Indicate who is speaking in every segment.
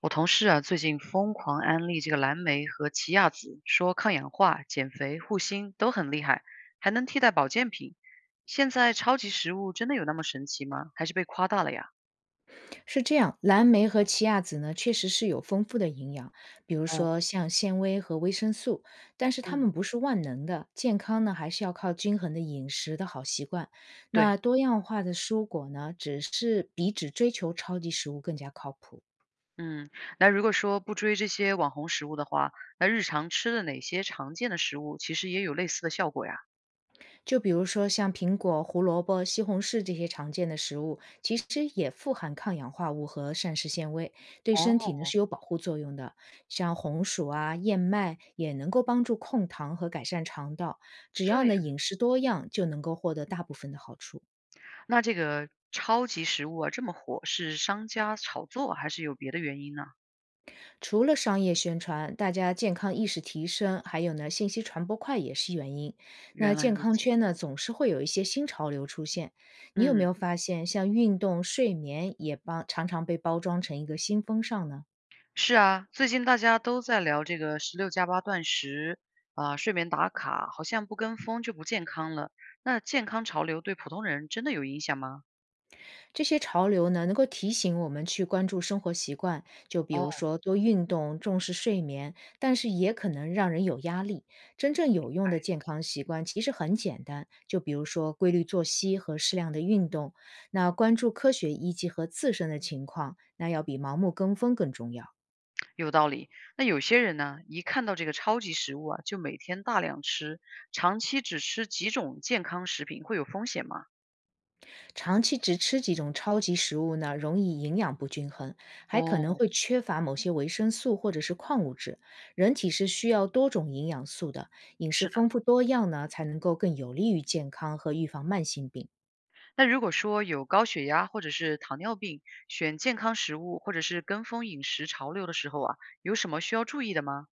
Speaker 1: 我同事啊，最近疯狂安利这个蓝莓和奇亚籽，说抗氧化、减肥、护心都很厉害，还能替代保健品。现在超级食物真的有那么神奇吗？还是被夸大了呀？
Speaker 2: 是这样，蓝莓和奇亚籽呢，确实是有丰富的营养，比如
Speaker 1: 哦，
Speaker 2: 说像纤维和维生素，但是它
Speaker 1: 嗯，
Speaker 2: 们不是万能的，健康呢还是要靠均衡的饮食的好习惯。那
Speaker 1: 对，
Speaker 2: 多样化的蔬果呢，只是比只追求超级食物更加靠谱。
Speaker 1: 嗯，那如果说不追这些网红食物的话，那日常吃的哪些常见的食物其实也有类似的效果呀？
Speaker 2: 就比如说像苹果、胡萝卜、西红柿这些常见的食物，其实也富含抗氧化物和膳食纤维，对身体
Speaker 1: 哦，
Speaker 2: 呢是有保护作用的。像红薯啊、燕麦也能够帮助控糖和改善肠道，只要
Speaker 1: 这
Speaker 2: 呢
Speaker 1: 样，
Speaker 2: 饮食多样，就能够获得大部分的好处。
Speaker 1: 那这个超级食物啊这么火，是商家炒作还是有别的原因呢？
Speaker 2: 除了商业宣传，大家健康意识提升，还有呢，信息传播快也是原因。那
Speaker 1: 原来
Speaker 2: 健
Speaker 1: 如
Speaker 2: 康
Speaker 1: 此，
Speaker 2: 圈呢，总是会有一些新潮流出现。你有没
Speaker 1: 嗯。
Speaker 2: 有发现，像运动、睡眠也帮常常被包装成一个新风尚呢？
Speaker 1: 是啊，最近大家都在聊这个16+8断食啊，睡眠打卡，好像不跟风就不健康了。那健康潮流对普通人真的有影响吗？
Speaker 2: 这些潮流呢，能够提醒我们去关注生活习惯，就比如
Speaker 1: 哦，
Speaker 2: 说多运动、重视睡眠，但是也可能让人有压力。真正有用的健康习惯其实很简单，就比如说规律作息和适量的运动，那关注科学依据和自身的情况，那要比盲目跟风更重要。
Speaker 1: 有道理。那有些人呢，一看到这个超级食物啊，就每天大量吃，长期只吃几种健康食品会有风险吗？
Speaker 2: 长期只吃几种超级食物呢，容易营养不均衡，还可能
Speaker 1: 哦，
Speaker 2: 会缺乏某些维生素或者是矿物质。人体是需要多种营养素的，饮食
Speaker 1: 是的。
Speaker 2: 丰富多样呢，才能够更有利于健康和预防慢性病。
Speaker 1: 那如果说有高血压或者是糖尿病，选健康食物或者是跟风饮食潮流的时候啊，有什么需要注意的吗？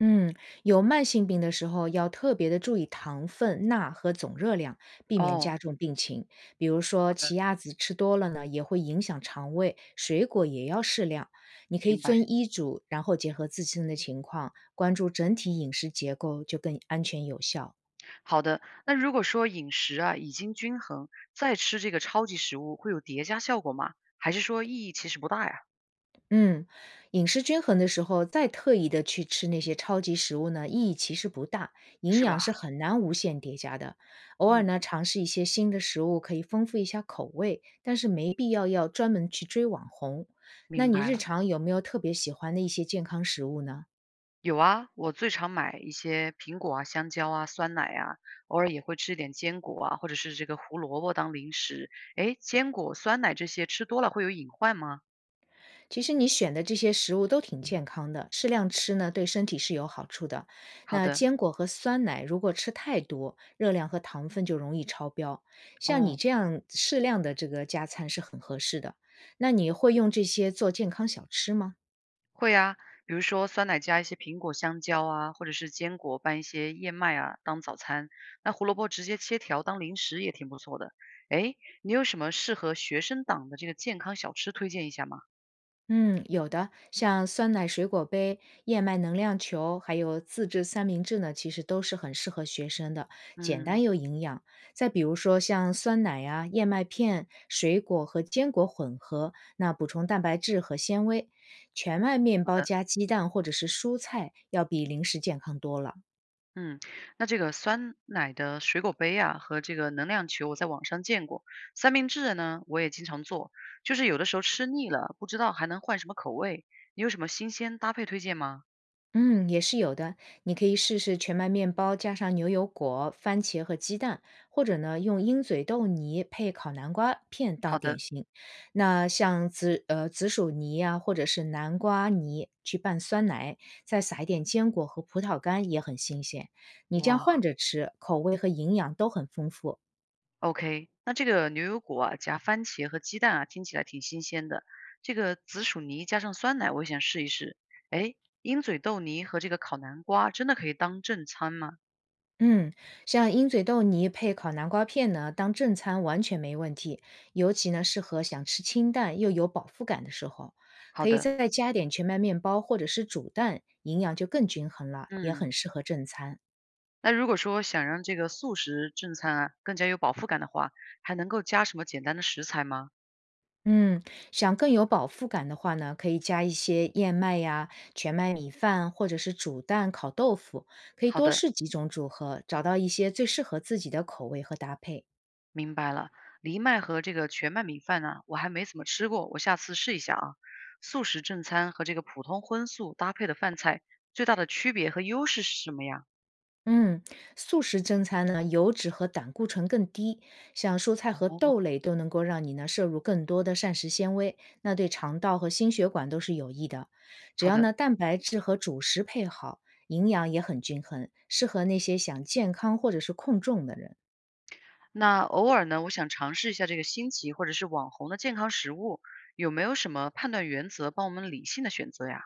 Speaker 2: 嗯，有慢性病的时候要特别的注意糖分、钠和总热量，避免加
Speaker 1: 哦，
Speaker 2: 重病情。比如说
Speaker 1: 好
Speaker 2: 奇
Speaker 1: 的，
Speaker 2: 亚籽吃多了呢，也会影响肠胃，水果也要适量。你可以
Speaker 1: 明白。
Speaker 2: 遵医嘱，然后结合自身的情况，关注整体饮食结构，就更安全有效。
Speaker 1: 好的，那如果说饮食啊已经均衡，再吃这个超级食物会有叠加效果吗？还是说意义其实不大呀？
Speaker 2: 嗯，饮食均衡的时候，再特意的去吃那些超级食物呢，意义其实不大，营
Speaker 1: 是
Speaker 2: 养
Speaker 1: 吧？
Speaker 2: 是很难无限叠加的。偶尔
Speaker 1: 嗯，
Speaker 2: 呢，尝试一些新的食物，可以丰富一下口味，但是没必要要专门去追网红。那
Speaker 1: 明
Speaker 2: 你
Speaker 1: 白
Speaker 2: 日
Speaker 1: 了。
Speaker 2: 常有没有特别喜欢的一些健康食物呢？
Speaker 1: 有啊，我最常买一些苹果啊、香蕉啊、酸奶啊，偶尔也会吃一点坚果啊，或者是这个胡萝卜当零食。诶，坚果、酸奶这些吃多了会有隐患吗？
Speaker 2: 其实你选的这些食物都挺健康的，适量吃呢对身体是有好处的。
Speaker 1: 好
Speaker 2: 那
Speaker 1: 的，
Speaker 2: 坚果和酸奶如果吃太多，热量和糖分就容易超标。像你
Speaker 1: 哦。
Speaker 2: 这样适量的这个加餐是很合适的。那你会用这些做健康小吃吗？
Speaker 1: 会啊，比如说酸奶加一些苹果、香蕉啊，或者是坚果拌一些燕麦啊当早餐。那胡萝卜直接切条当零食也挺不错的。诶，你有什么适合学生党的这个健康小吃推荐一下吗？
Speaker 2: 嗯，有的，像酸奶水果杯、燕麦能量球，还有自制三明治呢，其实都是很适合学生的，简单
Speaker 1: 嗯，
Speaker 2: 又营养。再比如说像酸奶呀、燕麦片、水果和坚果混合，那补充蛋白质和纤维。全麦面
Speaker 1: 好
Speaker 2: 包
Speaker 1: 的，
Speaker 2: 加鸡蛋或者是蔬菜，要比零食健康多了。
Speaker 1: 嗯，那这个酸奶的水果杯啊和这个能量球我在网上见过，三明治呢我也经常做，就是有的时候吃腻了，不知道还能换什么口味，你有什么新鲜搭配推荐吗？
Speaker 2: 嗯，也是有的。你可以试试全麦面包加上牛油果、番茄和鸡蛋，或者呢用鹰嘴豆泥配烤南瓜片当
Speaker 1: 好
Speaker 2: 点
Speaker 1: 的，
Speaker 2: 心。那像紫薯泥啊，或者是南瓜泥去拌酸奶，再撒一点坚果和葡萄干也很新鲜。你这样换
Speaker 1: 哇。
Speaker 2: 着吃，口味和营养都很丰富。
Speaker 1: OK，那这个牛油果啊，夹番茄和鸡蛋啊，听起来挺新鲜的。这个紫薯泥加上酸奶，我也想试一试。哎，鹰嘴豆泥和这个烤南瓜真的可以当正餐吗？
Speaker 2: 嗯，像鹰嘴豆泥配烤南瓜片呢，当正餐完全没问题，尤其呢适合想吃清淡又有饱腹感的时候，
Speaker 1: 好
Speaker 2: 可以
Speaker 1: 的，
Speaker 2: 再加点全麦面包或者是煮蛋，营养就更均衡了，也很
Speaker 1: 嗯，
Speaker 2: 适合正餐。
Speaker 1: 那如果说想让这个素食正餐啊更加有饱腹感的话，还能够加什么简单的食材吗？
Speaker 2: 嗯，想更有饱腹感的话呢，可以加一些燕麦呀、全麦米饭，或者是煮蛋、烤豆腐，可以
Speaker 1: 好
Speaker 2: 多
Speaker 1: 的。
Speaker 2: 试几种组合，找到一些最适合自己的口味和搭配。
Speaker 1: 明白了，藜麦和这个全麦米饭呢，我还没怎么吃过，我下次试一下啊。素食正餐和这个普通荤素搭配的饭菜，最大的区别和优势是什么呀？
Speaker 2: 嗯，素食正餐呢，油脂和胆固醇更低，像蔬菜和
Speaker 1: 哦，
Speaker 2: 豆类都能够让你呢摄入更多的膳食纤维，那对肠道和心血管都是有益的。只
Speaker 1: 好
Speaker 2: 要
Speaker 1: 的。
Speaker 2: 呢蛋白质和主食配好，营养也很均衡，适合那些想健康或者是控重的人。
Speaker 1: 那偶尔呢，我想尝试一下这个新奇或者是网红的健康食物，有没有什么判断原则帮我们理性的选择呀？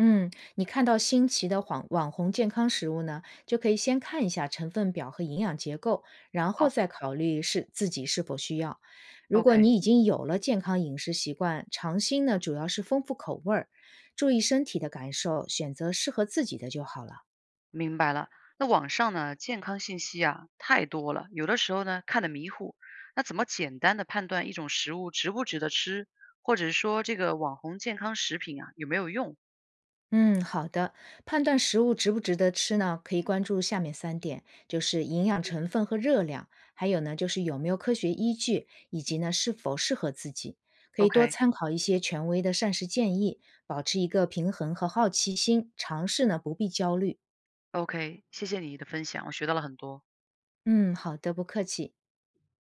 Speaker 2: 嗯，你看到新奇的网红健康食物呢，就可以先看一下成分表和营养结构，然后
Speaker 1: 好
Speaker 2: 再考虑是自己是否需要。如果
Speaker 1: ，OK。
Speaker 2: 你已经有了健康饮食习惯，尝新呢主要是丰富口味儿，注意身体的感受，选择适合自己的就好了。
Speaker 1: 明白了，那网上呢，健康信息啊太多了，有的时候呢看得迷糊。那怎么简单的判断一种食物值不值得吃，或者说这个网红健康食品啊有没有用
Speaker 2: 嗯，好的。判断食物值不值得吃呢，可以关注下面3点，就是营养成分和热量，还有呢就是有没有科学依据，以及呢是否适合自己。可以多
Speaker 1: ？OK
Speaker 2: 参考一些权威的膳食建议，保持一个平衡和好奇心，尝试呢不必焦虑。
Speaker 1: OK，谢谢你的分享，我学到了很多。
Speaker 2: 嗯，好的，不客气。